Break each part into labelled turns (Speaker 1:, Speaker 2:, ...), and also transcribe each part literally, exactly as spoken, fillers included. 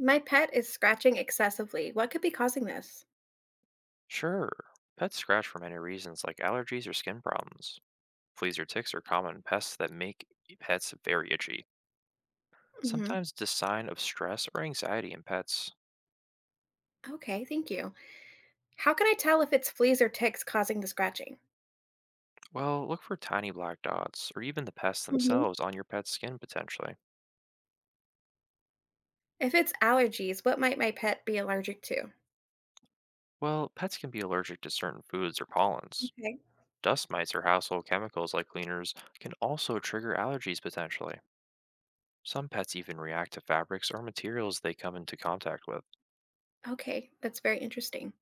Speaker 1: My pet is scratching excessively. What could be causing this?
Speaker 2: Sure. Pets scratch for many reasons like allergies or skin problems. Fleas or ticks are common pests that make pets very itchy.
Speaker 1: Hmm.
Speaker 2: Sometimes it's a sign of stress or anxiety in pets.
Speaker 1: Okay, thank you. How can I tell if it's fleas or ticks causing the scratching?
Speaker 2: Well, look for tiny black dots or even the pests
Speaker 1: Hmm.
Speaker 2: themselves on your pet's skin potentially.
Speaker 1: If it's allergies, what might my pet be allergic to?
Speaker 2: Well, pets can be allergic to certain foods or pollens.
Speaker 1: Okay.
Speaker 2: Dust mites or household chemicals like cleaners can also trigger allergies potentially. Some pets even react to fabrics or materials they come into contact with.
Speaker 1: Okay, that's very interesting.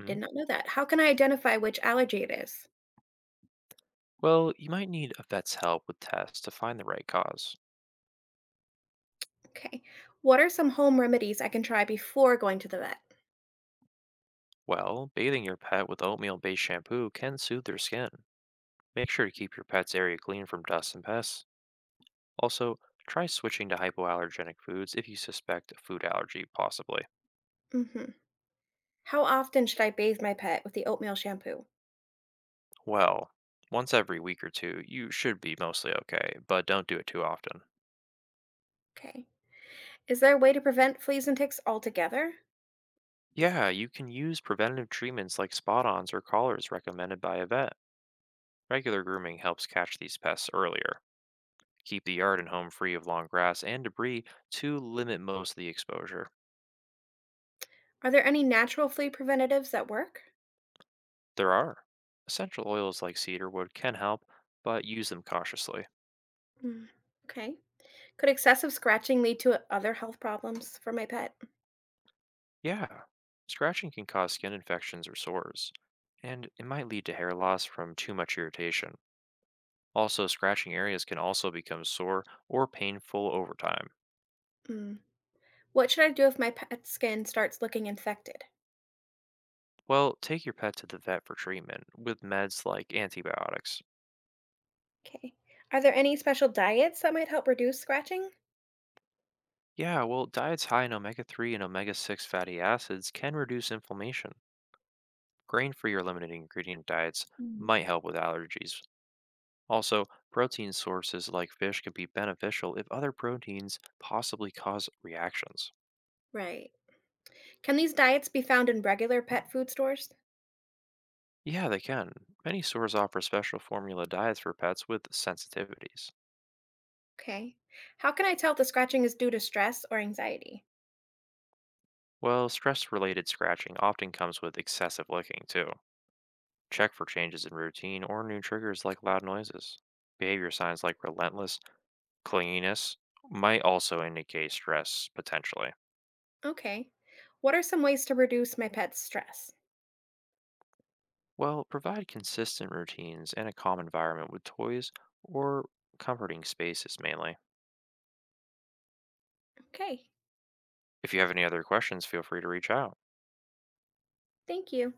Speaker 1: I did not know that. How can I identify which allergy it is?
Speaker 2: Well, you might need a vet's help with tests to find the right cause.
Speaker 1: Okay. What are some home remedies I can try before going to the vet?
Speaker 2: Well, bathing your pet with oatmeal based shampoo can soothe their skin. Make sure to keep your pet's area clean from dust and pests. Also, try switching to hypoallergenic foods if you suspect a food allergy, possibly.
Speaker 1: Hmm. How often should I bathe my pet with the oatmeal shampoo?
Speaker 2: Well, once every week or two, you should be mostly okay, but don't do it too often.
Speaker 1: Okay. Is there a way to prevent fleas and ticks altogether?
Speaker 2: Yeah, you can use preventative treatments like spot ons or collars recommended by a vet. Regular grooming helps catch these pests earlier. Keep the yard and home free of long grass and debris to limit most of the exposure.
Speaker 1: Are there any natural flea preventatives that work?
Speaker 2: There are essential oils like cedarwood can help, but use them cautiously.
Speaker 1: Mm, okay. Could excessive scratching lead to other health problems for my pet?
Speaker 2: Yeah, scratching can cause skin infections or sores, and it might lead to hair loss from too much irritation. Also, scratching areas can also become sore or painful over time.
Speaker 1: Mm. What should I do if my pet's skin starts looking infected?
Speaker 2: Well, take your pet to the vet for treatment with meds like antibiotics.
Speaker 1: Okay. Are there any special diets that might help reduce scratching?
Speaker 2: Yeah, well, diets high in omega three and omega six fatty acids can reduce inflammation. Grain-free or limited ingredient diets
Speaker 1: Mm.
Speaker 2: might help with allergies. Also, protein sources like fish can be beneficial if other proteins possibly cause reactions.
Speaker 1: Right. Can these diets be found in regular pet food stores?
Speaker 2: Yeah, they can. Many stores offer special formula diets for pets with sensitivities.
Speaker 1: Okay. How can I tell if the scratching is due to stress or anxiety?
Speaker 2: Well, stress related scratching often comes with excessive licking, too. Check for changes in routine or new triggers like loud noises. Behavior signs like relentless clinginess might also indicate stress potentially.
Speaker 1: Okay. What are some ways to reduce my pet's stress?
Speaker 2: Well, provide consistent routines and a calm environment with toys or comforting spaces mainly.
Speaker 1: Okay.
Speaker 2: If you have any other questions, feel free to reach out.
Speaker 1: Thank you.